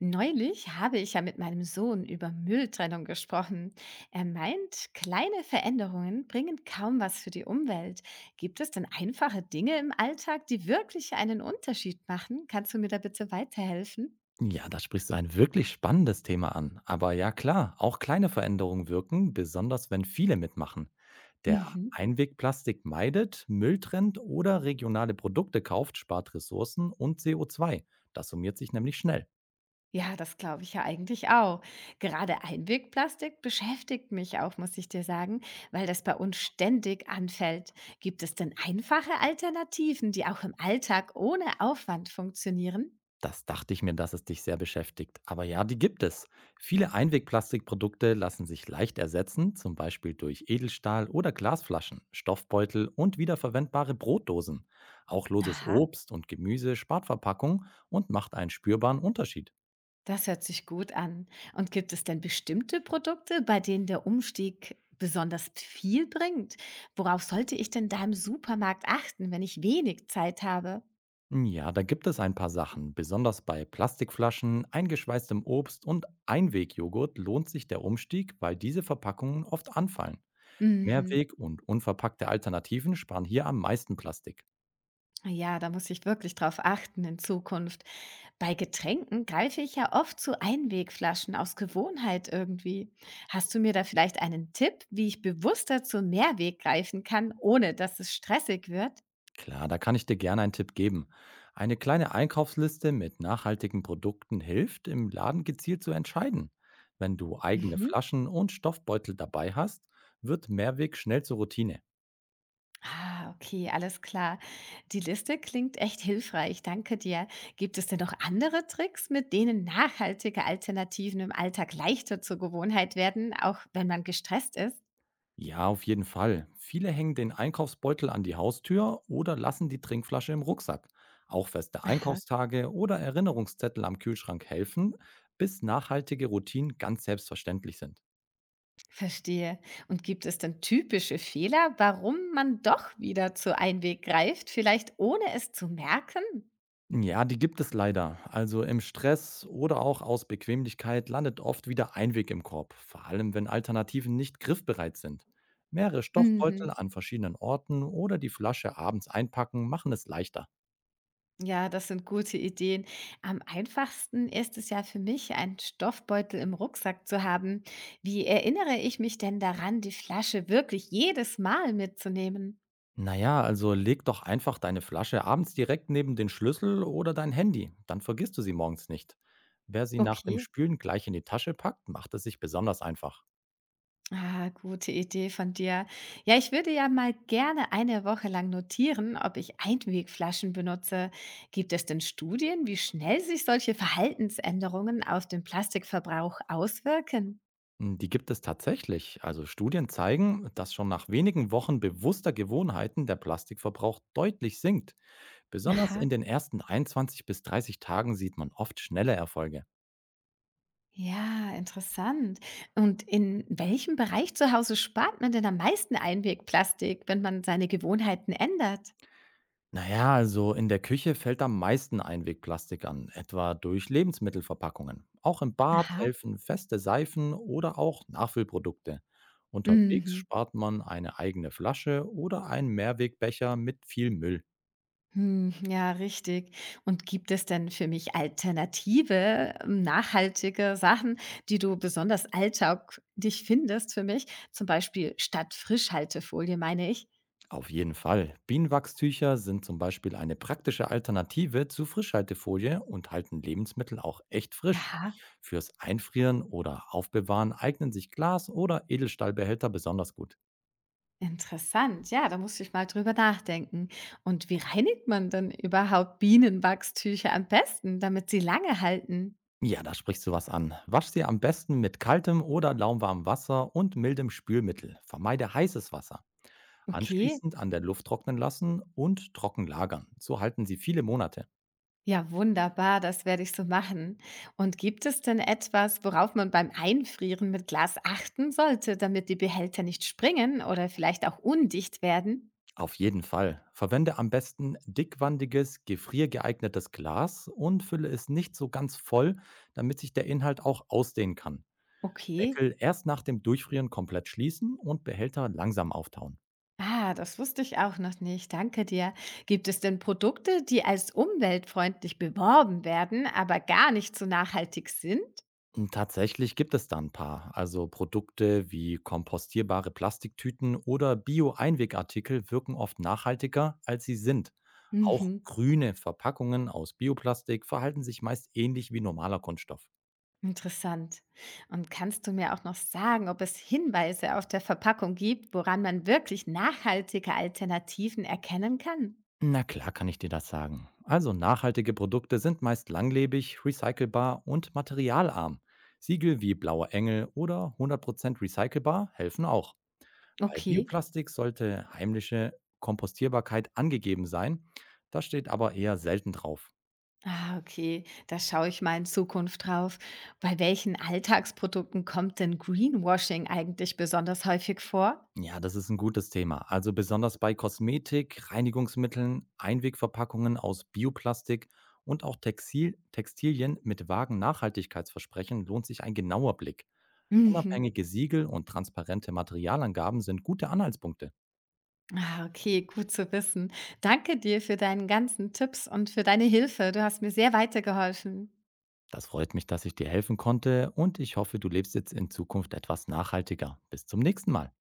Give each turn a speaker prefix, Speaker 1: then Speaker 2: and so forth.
Speaker 1: Neulich habe ich ja mit meinem Sohn über Mülltrennung gesprochen. Er meint, kleine Veränderungen bringen kaum was für die Umwelt. Gibt es denn einfache Dinge im Alltag, die wirklich einen Unterschied machen? Kannst du mir da bitte weiterhelfen?
Speaker 2: Ja, da sprichst du ein wirklich spannendes Thema an. Aber ja klar, auch kleine Veränderungen wirken, besonders wenn viele mitmachen. Der
Speaker 1: Mhm.
Speaker 2: Einwegplastik meidet, Müll trennt oder regionale Produkte kauft, spart Ressourcen und CO2. Das summiert sich nämlich schnell.
Speaker 1: Ja, das glaube ich ja eigentlich auch. Gerade Einwegplastik beschäftigt mich auch, muss ich dir sagen, weil das bei uns ständig anfällt. Gibt es denn einfache Alternativen, die auch im Alltag ohne Aufwand funktionieren?
Speaker 2: Das dachte ich mir, dass es dich sehr beschäftigt. Aber ja, die gibt es. Viele Einwegplastikprodukte lassen sich leicht ersetzen, zum Beispiel durch Edelstahl oder Glasflaschen, Stoffbeutel und wiederverwendbare Brotdosen. Auch loses
Speaker 1: Aha.
Speaker 2: Obst und Gemüse spart Verpackung und macht einen spürbaren Unterschied.
Speaker 1: Das hört sich gut an. Und gibt es denn bestimmte Produkte, bei denen der Umstieg besonders viel bringt? Worauf sollte ich denn da im Supermarkt achten, wenn ich wenig Zeit habe?
Speaker 2: Ja, da gibt es ein paar Sachen. Besonders bei Plastikflaschen, eingeschweißtem Obst und Einwegjoghurt lohnt sich der Umstieg, weil diese Verpackungen oft anfallen.
Speaker 1: Mhm.
Speaker 2: Mehrweg- und unverpackte Alternativen sparen hier am meisten Plastik.
Speaker 1: Ja, da muss ich wirklich drauf achten in Zukunft. Bei Getränken greife ich ja oft zu Einwegflaschen aus Gewohnheit irgendwie. Hast du mir da vielleicht einen Tipp, wie ich bewusster zu Mehrweg greifen kann, ohne dass es stressig wird?
Speaker 2: Klar, da kann ich dir gerne einen Tipp geben. Eine kleine Einkaufsliste mit nachhaltigen Produkten hilft, im Laden gezielt zu entscheiden. Wenn du eigene
Speaker 1: Mhm.
Speaker 2: Flaschen und Stoffbeutel dabei hast, wird Mehrweg schnell zur Routine.
Speaker 1: Ah, okay, alles klar. Die Liste klingt echt hilfreich. Danke dir. Gibt es denn noch andere Tricks, mit denen nachhaltige Alternativen im Alltag leichter zur Gewohnheit werden, auch wenn man gestresst ist?
Speaker 2: Ja, auf jeden Fall. Viele hängen den Einkaufsbeutel an die Haustür oder lassen die Trinkflasche im Rucksack. Auch feste
Speaker 1: Aha,
Speaker 2: Einkaufstage oder Erinnerungszettel am Kühlschrank helfen, bis nachhaltige Routinen ganz selbstverständlich sind.
Speaker 1: verstehe. Und gibt es denn typische Fehler, warum man doch wieder zu Einweg greift, vielleicht ohne es zu merken?
Speaker 2: Ja, die gibt es leider. Also im Stress oder auch aus Bequemlichkeit landet oft wieder Einweg im Korb, vor allem wenn Alternativen nicht griffbereit sind. Mehrere Stoffbeutel
Speaker 1: Mhm.
Speaker 2: an verschiedenen Orten oder die Flasche abends einpacken machen es leichter.
Speaker 1: Ja, das sind gute Ideen. Am einfachsten ist es ja für mich, einen Stoffbeutel im Rucksack zu haben. Wie erinnere ich mich denn daran, die Flasche wirklich jedes Mal mitzunehmen?
Speaker 2: Naja, also leg doch einfach deine Flasche abends direkt neben den Schlüssel oder dein Handy, dann vergisst du sie morgens nicht. Wer sie nach dem
Speaker 1: Okay.
Speaker 2: Spülen gleich in die Tasche packt, macht es sich besonders einfach.
Speaker 1: Ah, gute Idee von dir. Ja, ich würde ja mal gerne eine Woche lang notieren, ob ich Einwegflaschen benutze. Gibt es denn Studien, wie schnell sich solche Verhaltensänderungen auf den Plastikverbrauch auswirken?
Speaker 2: Hm, die gibt es tatsächlich. Also Studien zeigen, dass schon nach wenigen Wochen bewusster Gewohnheiten der Plastikverbrauch deutlich sinkt. Besonders
Speaker 1: Aha.
Speaker 2: in den ersten 21 bis 30 Tagen sieht man oft schnelle Erfolge.
Speaker 1: Ja, interessant. Und in welchem Bereich zu Hause spart man denn am meisten Einwegplastik, wenn man seine Gewohnheiten ändert?
Speaker 2: Naja, also in der Küche fällt am meisten Einwegplastik an, etwa durch Lebensmittelverpackungen. Auch im Bad
Speaker 1: Aha.
Speaker 2: helfen feste Seifen oder auch Nachfüllprodukte. Unterwegs
Speaker 1: Mhm.
Speaker 2: spart man eine eigene Flasche oder einen Mehrwegbecher mit viel Müll.
Speaker 1: Hm, ja, richtig. Und gibt es denn für mich alternative, nachhaltige Sachen, die du besonders alltaglich findest für mich? Zum Beispiel statt Frischhaltefolie, meine ich.
Speaker 2: Auf jeden Fall. Bienenwachstücher sind zum Beispiel eine praktische Alternative zu Frischhaltefolie und halten Lebensmittel auch echt frisch.
Speaker 1: Aha.
Speaker 2: Fürs Einfrieren oder Aufbewahren eignen sich Glas- oder Edelstahlbehälter besonders gut.
Speaker 1: Interessant, ja, da muss ich mal drüber nachdenken. Und wie reinigt man denn überhaupt Bienenwachstücher am besten, damit sie lange halten?
Speaker 2: Ja, da sprichst du was an. Wasch sie am besten mit kaltem oder lauwarmem Wasser und mildem Spülmittel. Vermeide heißes Wasser.
Speaker 1: Okay,
Speaker 2: Anschließend an der Luft trocknen lassen und trocken lagern. So halten sie viele Monate.
Speaker 1: ja, wunderbar, das werde ich so machen. Und gibt es denn etwas, worauf man beim Einfrieren mit Glas achten sollte, damit die Behälter nicht springen oder vielleicht auch undicht werden?
Speaker 2: Auf jeden Fall. Verwende am besten dickwandiges, gefriergeeignetes Glas und fülle es nicht so ganz voll, damit sich der Inhalt auch ausdehnen kann.
Speaker 1: Okay.
Speaker 2: Deckel erst nach dem Durchfrieren komplett schließen und Behälter langsam auftauen.
Speaker 1: Ah, das wusste ich auch noch nicht. Danke dir. Gibt es denn Produkte, die als umweltfreundlich beworben werden, aber gar nicht so nachhaltig sind?
Speaker 2: Und tatsächlich gibt es da ein paar. Also Produkte wie kompostierbare Plastiktüten oder Bio-Einwegartikel wirken oft nachhaltiger, als sie sind. Auch
Speaker 1: Mhm.
Speaker 2: grüne Verpackungen aus Bioplastik verhalten sich meist ähnlich wie normaler Kunststoff.
Speaker 1: Interessant. Und kannst du mir auch noch sagen, ob es Hinweise auf der Verpackung gibt, woran man wirklich nachhaltige Alternativen erkennen kann?
Speaker 2: Na klar kann ich dir das sagen. Also nachhaltige Produkte sind meist langlebig, recycelbar und materialarm. Siegel wie Blauer Engel oder 100% recycelbar helfen auch. Bei
Speaker 1: Okay.
Speaker 2: Bioplastik sollte heimliche Kompostierbarkeit angegeben sein. Das steht aber eher selten drauf.
Speaker 1: Ah, okay. Da schaue ich mal in Zukunft drauf. Bei welchen Alltagsprodukten kommt denn Greenwashing eigentlich besonders häufig vor?
Speaker 2: Ja, das ist ein gutes Thema. Also besonders bei Kosmetik, Reinigungsmitteln, Einwegverpackungen aus Bioplastik und auch Textilien mit vagen Nachhaltigkeitsversprechen lohnt sich ein genauer Blick.
Speaker 1: Mhm.
Speaker 2: Unabhängige Siegel und transparente Materialangaben sind gute Anhaltspunkte.
Speaker 1: Ah, okay, gut zu wissen. Danke dir für deinen ganzen Tipps und für deine Hilfe. Du hast mir sehr weitergeholfen.
Speaker 2: Das freut mich, dass ich dir helfen konnte, und ich hoffe, du lebst jetzt in Zukunft etwas nachhaltiger. Bis zum nächsten Mal.